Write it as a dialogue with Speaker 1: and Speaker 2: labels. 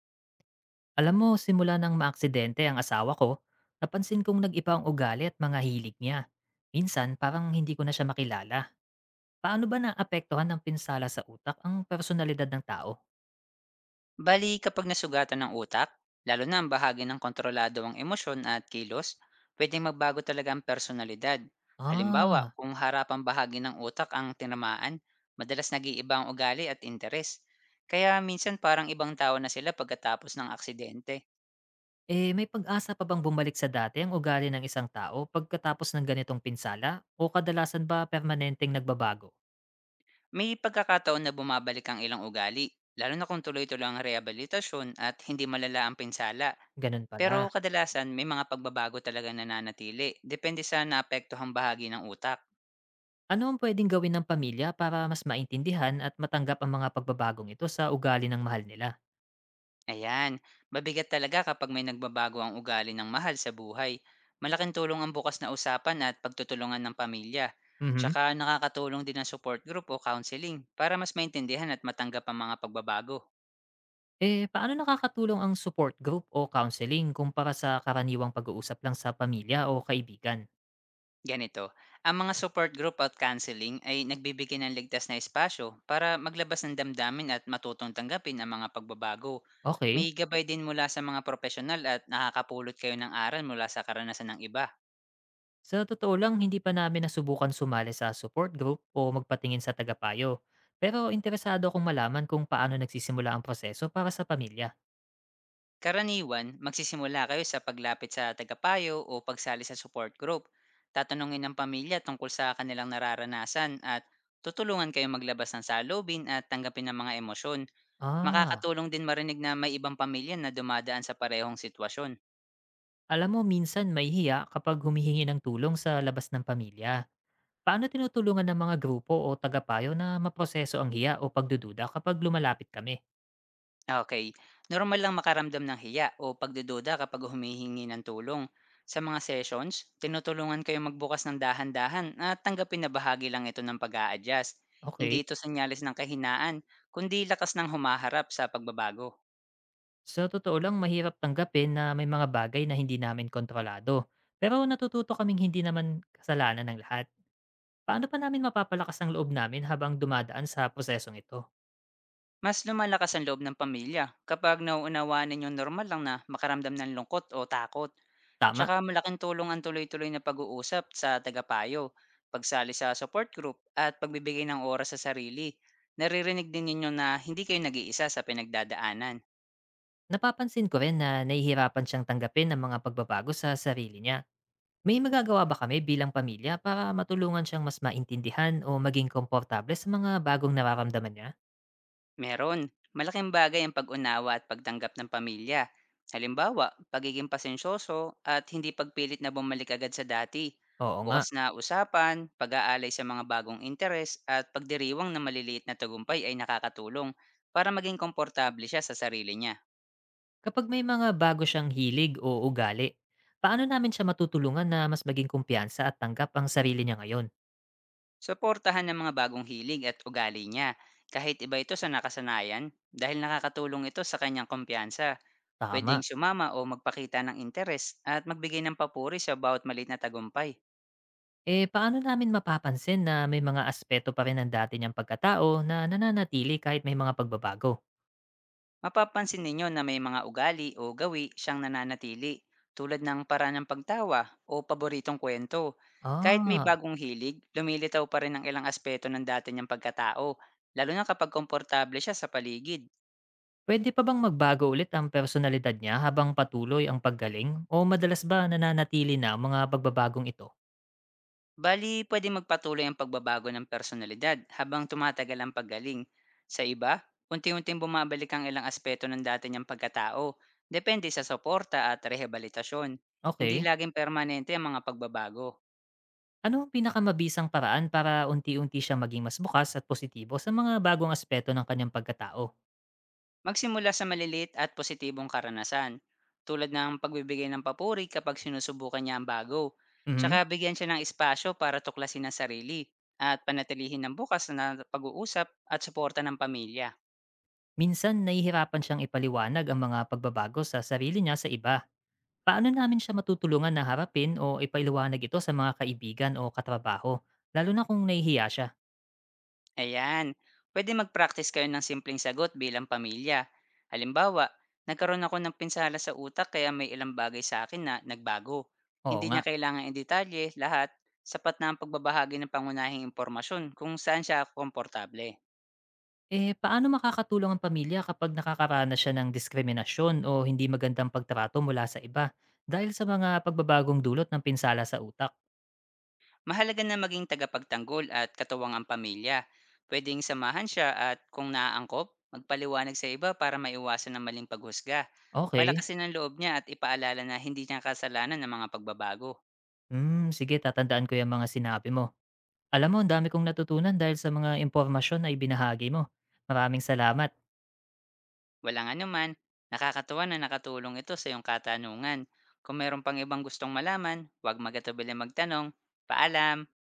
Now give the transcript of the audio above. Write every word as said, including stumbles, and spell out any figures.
Speaker 1: Alam mo, simula ng maaksidente ang asawa ko, napansin kong nag-iba ang ugali at mga hilig niya. Minsan, parang hindi ko na siya makilala. Paano ba naapektuhan ng pinsala sa utak ang personalidad ng tao?
Speaker 2: Bali, kapag nasugatan ng utak, lalo na ang bahagi ng kontrolado ang emosyon at kilos, pwedeng magbago talaga ang personalidad. Halimbawa,
Speaker 1: Ah,
Speaker 2: kung harapang bahagi ng utak ang tinamaan, madalas nag-iiba ang ugali at interes. Kaya minsan parang ibang tao na sila pagkatapos ng aksidente.
Speaker 1: eh may pag-asa pa bang bumalik sa dati ang ugali ng isang tao pagkatapos ng ganitong pinsala? O kadalasan ba permanenteng nagbabago?
Speaker 2: May pagkakataon na bumabalik ang ilang ugali, lalo na kung tuloy-tuloy ang rehabilitasyon at hindi malala ang pinsala.
Speaker 1: Ganun
Speaker 2: Pero
Speaker 1: pala.
Speaker 2: kadalasan may mga pagbabago talaga nananatili, depende sa naapektuhang bahagi ng utak.
Speaker 1: Ano ang pwedeng gawin ng pamilya para mas maintindihan at matanggap ang mga pagbabagong ito sa ugali ng mahal nila?
Speaker 2: Ayan, mabigat talaga kapag may nagbabago ang ugali ng mahal sa buhay. Malaking tulong ang bukas na usapan at pagtutulungan ng pamilya.
Speaker 1: Mhm.
Speaker 2: Tsaka nakakatulong din ang support group o counseling para mas maintindihan at matanggap ang mga pagbabago.
Speaker 1: Eh, paano nakakatulong ang support group o counseling kumpara sa karaniwang pag-uusap lang sa pamilya o kaibigan?
Speaker 2: Ganito, ang mga support group at counseling ay nagbibigay ng ligtas na espasyo para maglabas ng damdamin at matutong tanggapin ang mga pagbabago.
Speaker 1: Okay.
Speaker 2: May gabay din mula sa mga profesional at nakakapulot kayo ng aral mula sa karanasan ng iba.
Speaker 1: Sa totoo lang, hindi pa namin nasubukan sumali sa support group o magpatingin sa tagapayo. Pero interesado akong malaman kung paano nagsisimula ang proseso para sa pamilya.
Speaker 2: Karaniwan, magsisimula kayo sa paglapit sa tagapayo o pagsali sa support group. Tatanungin ng pamilya tungkol sa kanilang nararanasan at tutulungan kayo maglabas ng salubin at tanggapin ng mga emosyon.
Speaker 1: Ah,
Speaker 2: Makakatulong din marinig na may ibang pamilya na dumadaan sa parehong sitwasyon.
Speaker 1: Alam mo, minsan may hiya kapag humihingi ng tulong sa labas ng pamilya. Paano tinutulungan ng mga grupo o tagapayo na maproseso ang hiya o pagdududa kapag lumalapit kami?
Speaker 2: Okay. Normal lang makaramdam ng hiya o pagdududa kapag humihingi ng tulong. Sa mga sessions, tinutulungan kayo magbukas ng dahan-dahan at tanggapin na bahagi lang ito ng pag adjust. Hindi
Speaker 1: Okay.
Speaker 2: ito senyales ng kahinaan, kundi lakas ng humaharap sa pagbabago.
Speaker 1: Sa totoo lang, mahirap tanggapin na may mga bagay na hindi namin kontrolado. Pero natututo kaming hindi naman kasalanan ng lahat. Paano pa namin mapapalakas ang loob namin habang dumadaan sa prosesong ito?
Speaker 2: Mas lumalakas ang loob ng pamilya kapag nauunawaan ninyong normal lang na makaramdam ng lungkot o takot.
Speaker 1: Tama.
Speaker 2: Tsaka malaking tulong ang tuloy-tuloy na pag-uusap sa tagapayo, pagsali sa support group at pagbibigay ng oras sa sarili. Naririnig din ninyo na hindi kayo nag-iisa sa pinagdadaanan.
Speaker 1: Napapansin ko rin na nahihirapan siyang tanggapin ang mga pagbabago sa sarili niya. May magagawa ba kami bilang pamilya para matulungan siyang mas maintindihan o maging komportable sa mga bagong nararamdaman niya?
Speaker 2: Meron, malaking bagay ang pag-unawa at pagtanggap ng pamilya. Halimbawa, pagiging pasensyoso at hindi pagpilit na bumalik agad sa dati.
Speaker 1: Oo nga.
Speaker 2: Bukas na usapan, pag-aalay sa mga bagong interes at pagdiriwang na maliliit na tagumpay ay nakakatulong para maging komportable siya sa sarili niya.
Speaker 1: Kapag may mga bago siyang hilig o ugali, paano namin siya matutulungan na mas maging kumpiyansa at tanggap ang sarili niya ngayon?
Speaker 2: Suportahan ang mga bagong hilig at ugali niya, kahit iba ito sa nakasanayan, dahil nakakatulong ito sa kanyang kumpiyansa. Pwedeng
Speaker 1: Tama.
Speaker 2: sumama o magpakita ng interes at magbigay ng papuri sa bawat maliit na tagumpay.
Speaker 1: Eh, paano namin mapapansin na may mga aspeto pa rin ng dati niyang pagkatao na nananatili kahit may mga pagbabago?
Speaker 2: Mapapansin ninyo na may mga ugali o gawi siyang nananatili, tulad ng paraan ng pagtawa o paboritong kwento. Kahit may
Speaker 1: Ah,
Speaker 2: bagong hilig, lumilitaw pa rin ang ilang aspeto ng dati niyang pagkatao, lalo na kapag komportable siya sa paligid.
Speaker 1: Pwede pa bang magbago ulit ang personalidad niya habang patuloy ang paggaling? O madalas ba nananatili na ang mga pagbabagong ito?
Speaker 2: Bali, pwede magpatuloy ang pagbabago ng personalidad habang tumatagal ang paggaling. Sa iba, unti-unting bumabalik ang ilang aspeto ng dati niyang pagkatao, depende sa suporta at rehabilitasyon. Hindi
Speaker 1: Okay.
Speaker 2: laging permanente ang mga pagbabago.
Speaker 1: Ano ang pinakamabisang paraan para unti-unti siya maging mas bukas at positibo sa mga bagong aspeto ng kanyang pagkatao?
Speaker 2: Magsimula sa maliliit at positibong karanasan, tulad ng pagbibigay ng papuri kapag sinusubukan niya ang bago,
Speaker 1: Mhm.
Speaker 2: tsaka bigyan siya ng espasyo para tuklasin ang sarili at panatilihin ng bukas na pag-uusap at suporta ng pamilya.
Speaker 1: Minsan nahihirapan siyang ipaliwanag ang mga pagbabago sa sarili niya sa iba. Paano namin siya matutulungan na harapin o ipaliwanag ito sa mga kaibigan o katrabaho, lalo na kung nahihiya siya?
Speaker 2: Ayan, pwede mag-practice kayo ng simpleng sagot bilang pamilya. Halimbawa, nagkaroon ako ng pinsala sa utak kaya may ilang bagay sa akin na nagbago.
Speaker 1: Oo
Speaker 2: Hindi
Speaker 1: nga.
Speaker 2: niya kailangan in detalye lahat, sapat na ang pagbabahagi ng pangunahing impormasyon kung saan siya komportable.
Speaker 1: Eh, paano makakatulong ang pamilya kapag nakakaranas siya ng diskriminasyon o hindi magandang pagtrato mula sa iba dahil sa mga pagbabagong dulot ng pinsala sa utak?
Speaker 2: Mahalaga na maging tagapagtanggol at katuwang ang pamilya. Pwedeng samahan siya at kung naaangkop, magpaliwanag sa iba para maiwasan ng maling paghusga.
Speaker 1: Okay.
Speaker 2: Palakasin ang loob niya at ipaalala na hindi niya kasalanan ng mga pagbabago.
Speaker 1: Hmm, sige, tatandaan ko yung mga sinabi mo. Alam mo, ang dami kong natutunan dahil sa mga impormasyon na ibinahagi mo. Maraming salamat.
Speaker 2: Walang anuman, nakakatuwa na nakatulong ito sa iyong katanungan. Kung mayroon pang ibang gustong malaman, huwag magatubili magtanong. Paalam!